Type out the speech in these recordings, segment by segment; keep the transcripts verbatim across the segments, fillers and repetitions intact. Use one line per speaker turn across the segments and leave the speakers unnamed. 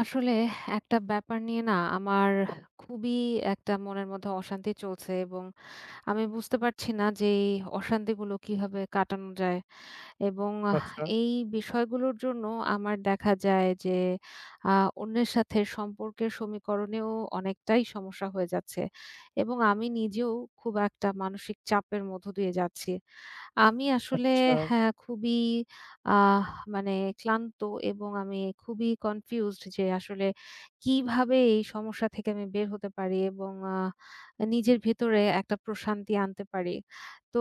আসলে একটা ব্যাপার নিয়ে না আমার খুবই একটা মনের মধ্যে অশান্তি চলছে এবং আমি বুঝতে পারছি না যে এই অশান্তিগুলো কিভাবে কাটানো যায় এবং আহ,
আচ্ছা,
এই বিষয়গুলোর জন্য আমার দেখা যায় যে আহ, অন্যের সাথে সম্পর্কের সমীকরণেও অনেকটাই সমস্যা হয়ে যাচ্ছে এবং আমি নিজেও খুব একটা মানসিক চাপের মধ্য দিয়ে যাচ্ছি। আমি আসলে
আচ্ছা,
হ্যাঁ, খুবই আহ মানে ক্লান্ত এবং আমি খুবই কনফিউজড যে আসলে কিভাবে এই সমস্যা থেকে আমি বের হতে পারি এবং আহ, নিজের
হুম,
ভেতরে একটা প্রশান্তি আনতে পারি। তো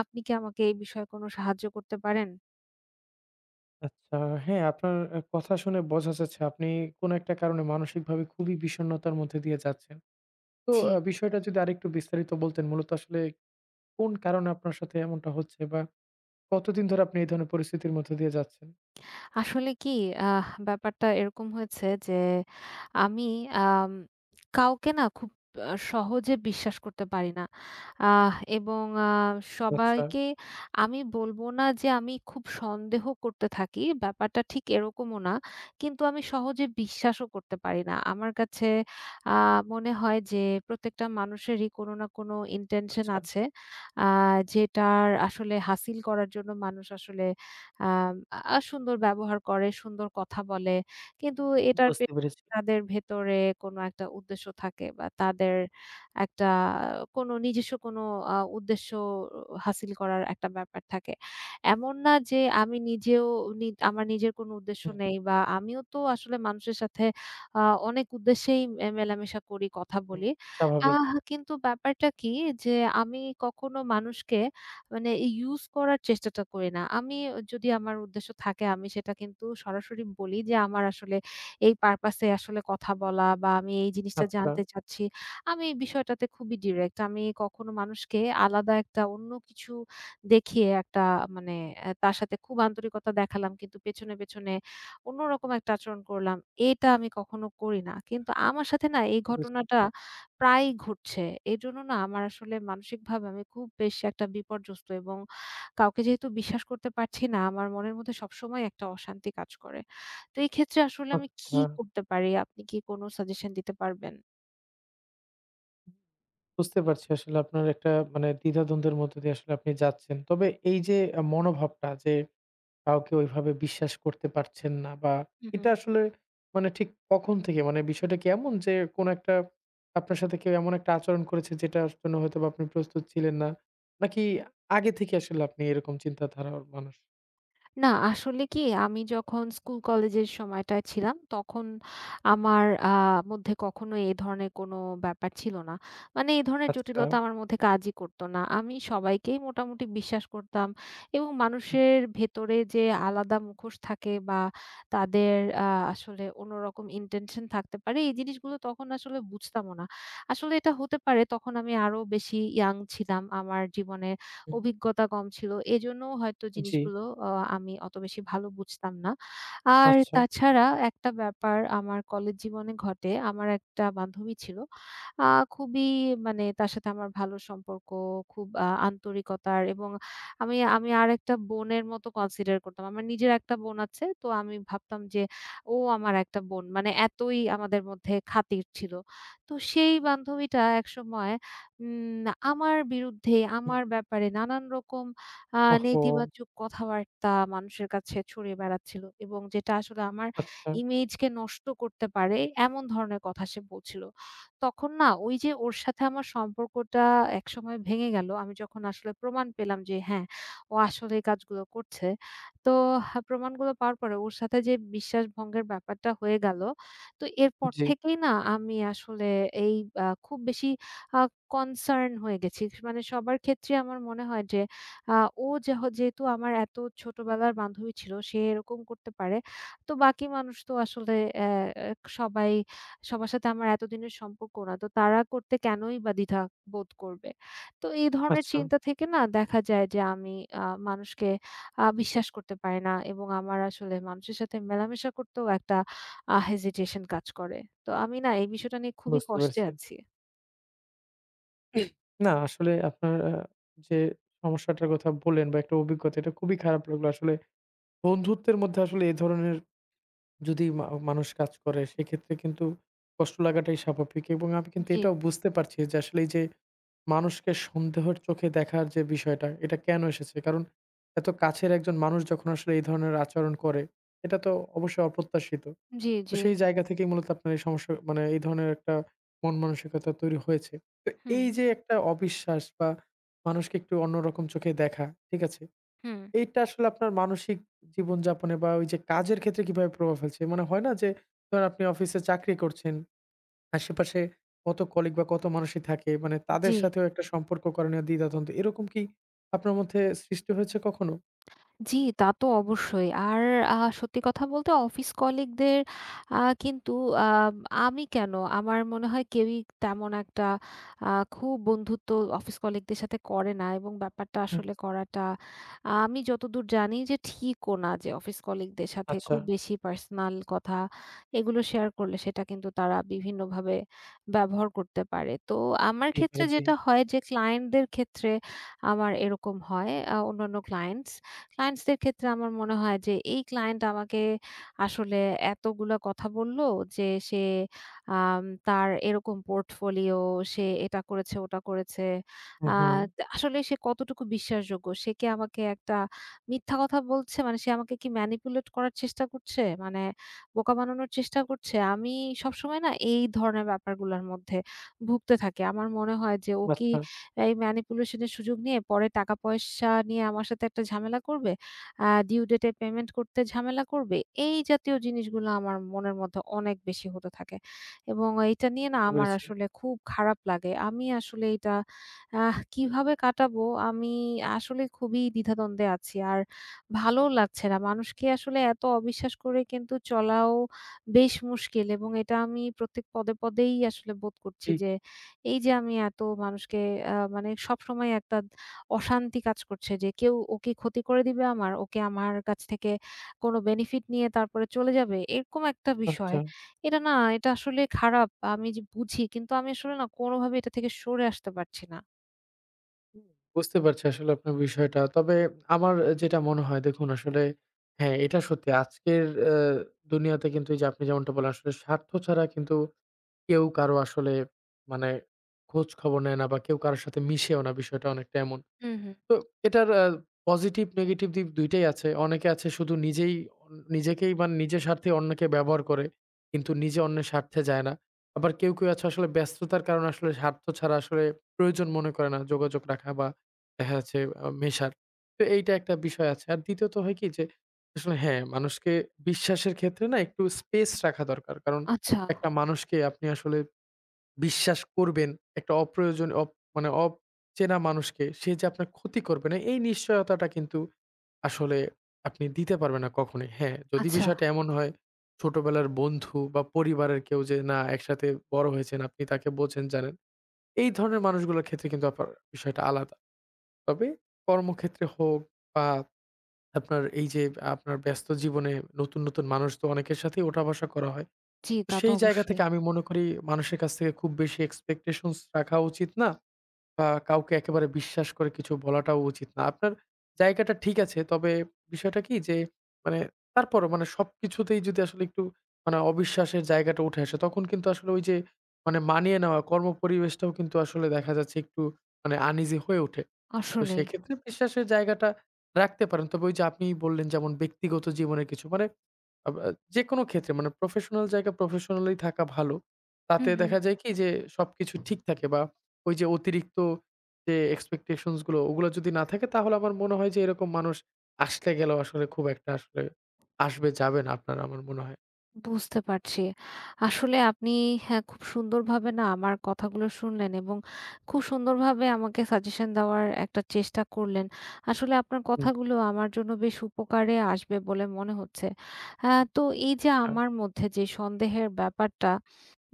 আপনি কি আমাকে এই বিষয়ে কোনো সাহায্য করতে পারেন?
আচ্ছা। হ্যাঁ, আপনার আ কথা শুনে বোঝা যাচ্ছে আপনি কোনো একটা কারণে মানসিকভাবে খুবই বিষণ্ণতার মধ্যে দিয়ে যাচ্ছেন। তো
জি।
আ বিষয়টা যদি আরেকটু বিস্তারিত বলতেন, মূলত আসলে কোন কারণে আপনার সাথে এমনটা হচ্ছে বা কতদিন ধরে আপনি এই ধরনের পরিস্থিতির মধ্যে দিয়ে যাচ্ছেন?
আসলে কি আহ ব্যাপারটা এরকম হয়েছে যে আমি আম কাউকে না খুব আহ, সহজে বিশ্বাস করতে পারি না, আহ, এবং আহ,
আচ্ছা,
সবাইকে আমি বলবো না যে আমি খুব সন্দেহ করতে থাকি, ব্যাপারটা ঠিক এরকমও না। কিন্তু আমি সহজে বিশ্বাসও করতে পারি না। আমার কাছে আহ, মনে হয় যে প্রত্যেকটা মানুষেরই কোনো না কোনো ইন্টেনশন
আচ্ছা,
আছে, আহ, যেটার আসলে হাসিল করার জন্য মানুষ আসলে আম আ সুন্দর ব্যবহার করে, সুন্দর কথা বলে। কিন্তু এটার পে
বুঝতে পেরেছি।
তাদের ভেতরে কোনো একটা উদ্দেশ্য থাকে বা তাদের একটা কোনো নিজস্ব কোনো আ উদ্দেশ্য হাসিল করার একটা ব্যাপার থাকে। এমন না যে আমি নিজেও নি আমার নিজের কোনো উদ্দেশ্য
হুম,
নেই বা আমিও তো আসলে মানুষের সাথে আ অনেক উদ্দেশ্যেই এ মেলামেশা করি, কথা
হুম,
বলি।
স্বাভাবিক।
আহ কিন্তু ব্যাপারটা কি যে আমি কখনো মানুষকে মানে ইউজ করার চেষ্টাটা করি না। আমি যদি আমার উদ্দেশ্য থাকে আমি সেটা কিন্তু সরাসরি বলি যে আমার আসলে এই পারপাস এ আসলে কথা বলা বা আমি এই জিনিসটা
আচ্ছা,
জানতে চাচ্ছি। আমি এই বিষয়টাতে খুবই ডিরেক্ট। আমি কখনো মানুষকে আলাদা একটা অন্য কিছু দেখিয়ে একটা মানে অ্যা তার সাথে খুব আন্তরিকতা দেখালাম কিন্তু পেছনে, পেছনে অন্যরকম একটা আচরণ করলাম। এটা আমি কখনো করি না। কিন্তু আমার সাথে না এই
বুঝতে পেরেছি।
ঘটনাটা প্রায়ই ঘটছে। এজন্য না আমার আসলে মানসিকভাবে আমি খুব বেশ একটা বিপর্যস্ত এবং কাউকে যেহেতু বিশ্বাস করতে পারছি না, আমার মনের মধ্যে সবসময় একটা অশান্তি কাজ করে। তো এই ক্ষেত্রে আসলে আমি কি
আচ্ছা,
করতে পারি? আপনি কি কোনো সাজেশন দিতে পারবেন?
বুঝতে পারছি আসলে আপনার একটা মানে দ্বিধাদ্বন্দ্বের মধ্য দিয়ে আসলে আপনি যাচ্ছেন। তবে এই যে আ মনোভাবটা যে কাউকে ওইভাবে বিশ্বাস করতে পারছেন না বা
হুম, হুম।
এটা আসলে মানে ঠিক কখন থেকে? মানে বিষয়টা কি এমন যে কোনো একটা আপনার সাথে কেউ এমন একটা আচরণ করেছে যেটার জন্য হয়তোবা আপনি প্রস্তুত ছিলেন না? নাকি আগে থেকে আসলে আপনি এরকম চিন্তাধারার মানুষ?
না, আসলে কি আমি যখন স্কুল কলেজের সময়টায় ছিলাম তখন আমার আ মধ্যে কখনো এ ধরনের কোনো ব্যাপার ছিল না। মানে এই ধরনের
আচ্ছা।
জটিলতা আমার মধ্যে কাজই করত না। আমি সবাইকেই মোটামুটি বিশ্বাস করতাম এবং
হুম,
মানুষের ভেতরে যে আলাদা মুখোশ থাকে বা তাদের আ আসলে অন্যরকম ইনটেনশন থাকতে পারে এই জিনিসগুলো তখন আসলে বুঝতামও না। আসলে এটা হতে পারে তখন আমি আরো বেশি ইয়াং ছিলাম। আমার জীবনে
হুম।
অভিজ্ঞতা কম ছিল। এজন্য হয়তো
জি।
জিনিসগুলো আ আমি অত বেশি ভালো বুঝতাম না। আর
আচ্ছা।
তাছাড়া একটা ব্যাপার আমার কলেজ জীবনে ঘটে। আমার একটা বান্ধবী ছিল। আ খুবই মানে তার সাথে আমার ভালো সম্পর্ক, খুব আ আন্তরিকতার এবং আমি আমি আরেকটা বোনের মতো কনসিডার করতাম। আমার নিজের একটা বোন আছে। তো আমি ভাবতাম যে ও আমার একটা বোন। মানে এতই আমাদের মধ্যে খাতির ছিল। তো সেই বান্ধবীটা একসময় উম আমার বিরুদ্ধে,
হুম।
আমার ব্যাপারে নানান রকম আ
ওহহো!
নেতিবাচক কথাবার্তা মানুষের কাছে ছড়িয়ে বেড়াচ্ছিল এবং যেটা আসলে আমার
আচ্ছা।
ইমেজকে নষ্ট করতে পারে এমন ধরনের কথা সে বলছিল। তখন না ওই যে ওর সাথে আমার সম্পর্কটা একসময় ভেঙে গেল। আমি যখন আসলে প্রমাণ পেলাম যে হ্যাঁ, ও আসলে এই কাজগুলো করছে। তো হা প্রমাণগুলো পাওয়ার পরে ওর সাথে যে বিশ্বাস ভঙ্গের ব্যাপারটা হয়ে গেল। তো এরপর
জি।
থেকেই না আমি আসলে এই আ খুব বেশি আ কনসার্ন হয়ে গেছি। মানে সবার ক্ষেত্রে আমার মনে হয় যে আ ও যেহ যেহেতু আমার এত ছোটবেলার বান্ধবী ছিল, সে এরকম করতে পারে। তো বাকি মানুষ তো আসলে অ্যা অ্যা সবাই সবার সাথে আমার এতদিনের সম্পর্ক না। তো তারা করতে কেনই বা দ্বিধা বোধ করবে? তো এই ধরনের
আচ্ছা।
চিন্তা থেকে না দেখা যায় যে আমি আ মানুষকে আ বিশ্বাস করতে পারি না এবং আমার আসলে মানুষের সাথে মেলামেশা করতেও একটা আ হেজিটেশন কাজ করে। তো আমি না এই বিষয়টা নিয়ে খুবই
বুঝতে
কষ্টে
পেরেছি।
আছি।
না আসলে আপনার আ যে সমস্যাটার কথা বললেন বা একটা অভিজ্ঞতা এটা খুবই খারাপ লাগলো। আসলে বন্ধুত্বের মধ্যে আসলে এ ধরনের যদি মা মানুষ কাজ করে সেক্ষেত্রে কিন্তু কষ্ট লাগাটাই স্বাভাবিক এবং আমি কিন্তু
জি।
এটাও বুঝতে পারছি যে আসলে এই যে মানুষকে সন্দেহের চোখে দেখার যে বিষয়টা এটা কেন এসেছে কারণ এত কাছের একজন মানুষ যখন আসলে এই ধরনের আচরণ করে এটা তো অবশ্যই অপ্রত্যাশিত।
জি,
তো
জি।
সেই জায়গা থেকেই মূলত আপনার এই সমস্যা মানে এই ধরনের একটা মন মানসিকতা তৈরি হয়েছে। তো
হুম,
এই যে একটা অবিশ্বাস বা মানুষকে একটু অন্যরকম চোখে দেখা ঠিক আছে,
হুম।
এইটা আসলে আপনার মানসিক জীবনযাপনে বা ওই যে কাজের ক্ষেত্রে কিভাবে প্রভাব ফেলছে? মানে হয় না যে ধরেন আপনি অফিসে চাকরি করছেন, আশেপাশে কত কলিগ বা কত মানুষই থাকে। মানে তাদের
জি।
সাথেও একটা সম্পর্ক করণীয় দ্বিধাদ্বন্দ্ব। এরকম কি আপনার মধ্যে সৃষ্টি হয়েছে কখনো?
জি, তা তো অবশ্যই। আর আ সত্যি কথা বলতে অফিস কলিগদের আ কিন্তু আ আমি কেন আমার মনে হয় কেউই তেমন একটা আ খুব বন্ধুত্ব অফিস কলিগদের সাথে করে না এবং ব্যাপারটা
হুম,
আসলে করাটা আমি যতদূর জানি যে ঠিকও না। যে অফিস কলিগদের সাথে
আচ্ছা।
খুব বেশি পার্সোনাল কথা এগুলো শেয়ার করলে সেটা কিন্তু তারা বিভিন্নভাবে ব্যবহার করতে পারে। তো আমার
হতেই
ক্ষেত্রে
পারে, জি।
যেটা হয় যে ক্লায়েন্টদের ক্ষেত্রে আমার এরকম হয়, আ অন্যান্য ক্লায়েন্টস ক্লায়েন্টস দের ক্ষেত্রে আমার মনে হয় যে এই ক্লায়েন্ট আমাকে আসলে এতগুলা কথা বলল যে সে আম তার এরকম পোর্টফোলিও, সে এটা করেছে, ওটা করেছে।
হুম,
আ
হুম।
আসলে সে কতটুকু বিশ্বাসযোগ্য? সে কি আমাকে একটা মিথ্যা কথা বলছে? মানে সে আমাকে কি ম্যানিপুলেট করার চেষ্টা করছে? মানে বোকা বানানোর চেষ্টা করছে? আমি সবসময় না এই ধরনের ব্যাপারগুলোর মধ্যে ভুগতে থাকি। আমার মনে হয় যে ও কি
আচ্ছা,
এই ম্যানিপুলেশন এর সুযোগ নিয়ে পরে টাকা-পয়সা নিয়ে আমার সাথে একটা ঝামেলা করবে। আ ডিউ ডেট এ পেমেন্ট করতে ঝামেলা করবে। এই জাতীয় জিনিসগুলো আমার মনের মধ্যে অনেক বেশি হতে থাকে। এবং এইটা নিয়ে না
বুঝতে
আমার
পেরেছি।
আসলে খুব খারাপ লাগে। আমি আসলে এটা আহ কিভাবে কাটাবো আমি আসলে খুবই দ্বিধাদ্বন্দ্বে আছি। আর ভালোও লাগছে না। মানুষকে আসলে এত অবিশ্বাস করে কিন্তু চলাও বেশ মুশকিল এবং এটা আমি প্রত্যেক পদে, পদেই আসলে বোধ করছি।
জি,
যে এই যে আমি এত মানুষকে আ মানে সবসময় একটা অশান্তি কাজ করছে যে কেউ ও কি ক্ষতি করে দিবে আমার? ও কি আমার কাছ থেকে কোনো বেনিফিট নিয়ে তারপরে চলে যাবে? এরকম একটা বিষয়।
আচ্ছা।
এটা না এটা আসলে খারাপ। আমি যে বুঝি কিন্তু আমি আসলে না কোনোভাবে এটা থেকে সরে আসতে পারছি না।
হুম, বুঝতে পারছি আসলে আপনার বিষয়টা। তবে আমার যেটা মনে হয় দেখুন আসলে হ্যাঁ, এটা সত্যি আজকের অ্যা দুনিয়াতে কিন্তু এই যে আপনি যেমনটা বললেন আসলে স্বার্থ ছাড়া কিন্তু কেউ কারো আসলে মানে খোঁজ খবর নেয় না বা কেউ কারো সাথে মিশেও না, বিষয়টা অনেকটা এমন।
হুম, হুম।
তো এটার আ পজিটিভ নেগেটিভ দিক দুই টাই আছে। অনেকে আছে শুধু নিজেই অন নিজেকেই মানে নিজের স্বার্থে অন্যকে ব্যবহার করে। কিন্তু নিজে অন্যের স্বার্থে যায় না। আবার কেউ, কেউ আছে আসলে ব্যস্ততার কারণে আসলে স্বার্থ ছাড়া আসলে প্রয়োজন মনে করে না যোগাযোগ রাখা বা দেখা যাচ্ছে আ মেশার। তো এইটা একটা বিষয় আছে। আর দ্বিতীয়ত হয় কি যে আসলে হ্যাঁ, মানুষকে বিশ্বাসের ক্ষেত্রে না একটু স্পেস রাখা দরকার। কারণ
আচ্ছা,
একটা মানুষকে আপনি আসলে বিশ্বাস করবেন একটা অপ্রয়োজন অপ মানে অচেনা মানুষকে, সে যে আপনার ক্ষতি করবে না এই নিশ্চয়তাটা কিন্তু আসলে আপনি দিতে পারবেন না কখনোই। হ্যাঁ, যদি
আচ্ছা।
বিষয়টা এমন হয় ছোটবেলার বন্ধু বা পরিবারের কেউ যে না একসাথে বড় হয়েছেন, আপনি তাকে বোঝেন, জানেন। এই ধরনের মানুষগুলোর ক্ষেত্রে কিন্তু আপনার বিষয়টা আলাদা। তবে কর্মক্ষেত্রে হোক বা আপনার এই যে আপনার ব্যস্ত জীবনে নতুন, নতুন মানুষ তো অনেকের সাথেই ওঠা বসা করা হয়।
জি,
তো
তা তো
সেই জায়গা থেকে
অবশ্যই।
আমি মনে করি মানুষের কাছ থেকে খুব বেশি এক্সপেকটেশনস রাখা উচিত না। বা কাউকে একেবারে বিশ্বাস করে কিছু বলাটাও উচিত না। আপনার জায়গাটা ঠিক আছে। তবে বিষয়টা কি যে মানে তারপরও মানে সবকিছুতেই যদি আসলে একটু মানে অবিশ্বাসের জায়গাটা উঠে আসে তখন কিন্তু আসলে ওই যে মানে মানিয়ে নেওয়া কর্মপরিবেশটাও কিন্তু আসলে দেখা যাচ্ছে একটু মানে আনইজি হয়ে ওঠে। তো
আসলেই।
সেক্ষেত্রে বিশ্বাসের জায়গাটা রাখতে পারেন। তবে ওই যে আপনি বললেন যেমন ব্যক্তিগত জীবনের কিছু মানে আব আ যেকোনো ক্ষেত্রে মানে প্রফেশনাল জায়গা প্রফেশনালি থাকা ভালো। তাতে
হুম, হুম।
দেখা যায় কি যে সবকিছু ঠিক থাকে বা ওই যে অতিরিক্ত যে এক্সপেকটেশনস গুলো ওগুলো যদি না থাকে তাহলে আমার মনে হয় যে এরকম মানুষ আসতে গেলেও আসলে খুব একটা আসলে আসবে যাবে না আপনার আমার মনে হয়।
বুঝতে পারছি। আসলে আপনি হ্যাঁ, খুব সুন্দরভাবে না আমার কথাগুলো শুনলেন এবং খুব সুন্দরভাবে আমাকে সাজেশন দেওয়ার একটা চেষ্টা করলেন। আসলে আপনার
হুম,
কথাগুলো আমার জন্য বেশ উপকারে আসবে বলে মনে হচ্ছে। অ্যা তো এই যে
আচ্ছা,
আমার মধ্যে যে সন্দেহের ব্যাপারটা,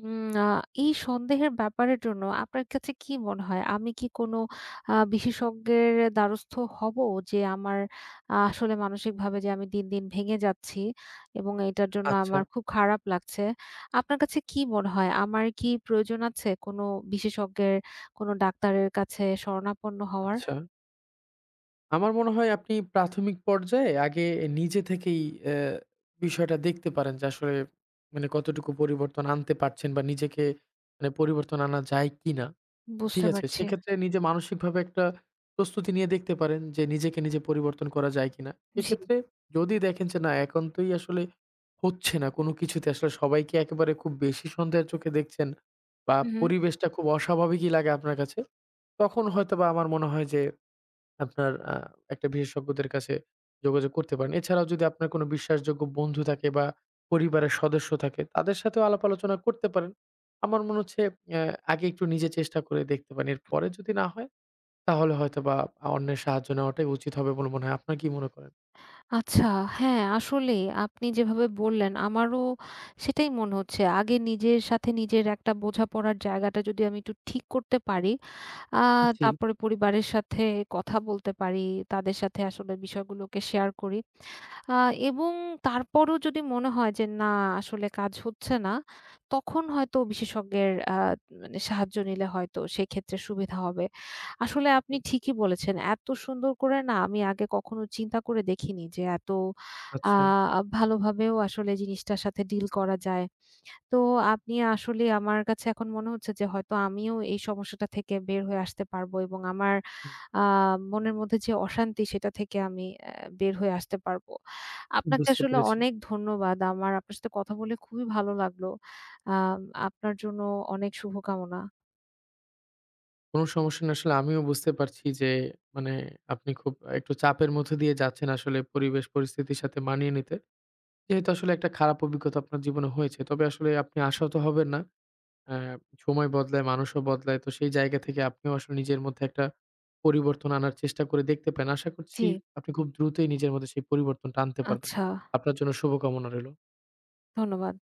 উম আ এই সন্দেহের ব্যাপারের জন্য আপনার কাছে কি মনে হয়? আমি কি কোনো আ বিশেষজ্ঞের দ্বারস্থ হব? যে আমার আ আসলে মানসিকভাবে যে আমি দিন, দিন ভেঙে যাচ্ছি এবং এটার জন্য
আচ্ছা,
আমার খুব খারাপ লাগছে। আপনার কাছে কি মনে হয়? আমার কি প্রয়োজন আছে কোনো বিশেষজ্ঞের, কোনো ডাক্তারের কাছে শরণাপন্ন হওয়ার?
আচ্ছা। আমার মনে হয় আপনি প্রাথমিক পর্যায়ে আগে নিজে থেকেই অ্যা বিষয়টা দেখতে পারেন যে আসলে মানে কতটুকু পরিবর্তন আনতে পারছেন বা নিজেকে মানে পরিবর্তন আনা যায় কিনা। ঠিক
বুঝতে
আছে?
পারছি।
সেক্ষেত্রে নিজে মানসিকভাবে একটা প্রস্তুতি নিয়ে দেখতে পারেন যে নিজেকে নিজে পরিবর্তন করা যায় কিনা।
জি।
সেক্ষেত্রে যদি দেখেন যে না একান্তই আসলে হচ্ছে না কোনো কিছুতে আসলে সবাইকে একেবারে খুব বেশি সন্দেহের চোখে দেখছেন বা
হু, হু।
পরিবেশটা খুব অস্বাভাবিকই লাগে আপনার কাছে, তখন হয়তোবা আমার মনে হয় যে আপনার আ একটা বিশেষজ্ঞদের কাছে যোগাযোগ করতে পারেন। এছাড়াও যদি আপনার কোনো বিশ্বাসযোগ্য বন্ধু থাকে বা পরিবারের সদস্য থাকে, তাদের সাথেও আলাপ আলোচনা করতে পারেন। আমার মনে হচ্ছে অ্যা আগে একটু নিজে চেষ্টা করে দেখতে পারেন। এরপরে যদি না হয়, তাহলে হয়তোবা আ অন্যের সাহায্য নেওয়াটাই উচিত হবে বলে মনে হয়। আপনার কি মনে করেন?
আচ্ছা, হ্যাঁ, আসলেই আপনি যেভাবে বললেন আমারও সেটাই মনে হচ্ছে। আগে নিজের সাথে নিজের একটা বোঝাপড়ার জায়গাটা যদি আমি একটু ঠিক করতে পারি, আ
জি।
তারপরে পরিবারের সাথে কথা বলতে পারি, তাদের সাথে আসলে বিষয়গুলোকে শেয়ার করি। আ এবং তারপরও যদি মনে হয় যে না আসলে কাজ হচ্ছে না, তখন হয়তো বিশেষজ্ঞের আ মানে সাহায্য নিলে হয়তো সেক্ষেত্রে সুবিধা হবে। আসলে আপনি ঠিকই বলেছেন। এত সুন্দর করে না আমি আগে কখনো চিন্তা করে দেখিনি যে এত আ
আচ্ছা,
ভালোভাবেও আসলে জিনিসটার সাথে ডিল করা যায়। তো আপনি আসলে আমার কাছে এখন মনে হচ্ছে যে হয়তো আমিও এই সমস্যাটা থেকে বের হয়ে আসতে পারবো এবং আমার
হুম,
আহ, মনের মধ্যে যে অশান্তি সেটা থেকে আমি আহ, বের হয়ে আসতে পারবো। আপনাকে
বুঝতে
আসলে
পেরেছি।
অনেক ধন্যবাদ। আমার আপনার সাথে কথা বলে খুবই ভালো লাগলো। আহ আপনার জন্য অনেক শুভকামনা।
কোনো সমস্যা না। আসলে আমিও বুঝতে পারছি যে, মানে আপনি খুব একটু চাপের মধ্যে দিয়ে যাচ্ছেন আসলে পরিবেশ পরিস্থিতির সাথে মানিয়ে নিতে। যেহেতু আসলে একটা খারাপ অভিজ্ঞতা আপনার জীবনে হয়েছে, তবে আসলে আপনি আশাহত হবেন না। আ সময় বদলায়, মানুষও বদলায়। তো সেই জায়গা থেকে আপনিও আসলে নিজের মধ্যে একটা পরিবর্তন আনার চেষ্টা করে দেখতে পারেন। আশা করছি
জি।
আপনি খুব দ্রুতই নিজের মধ্যে সেই পরিবর্তনটা আনতে পারবেন।
আচ্ছা।
আপনার জন্য শুভকামনা রইল।
ধন্যবাদ।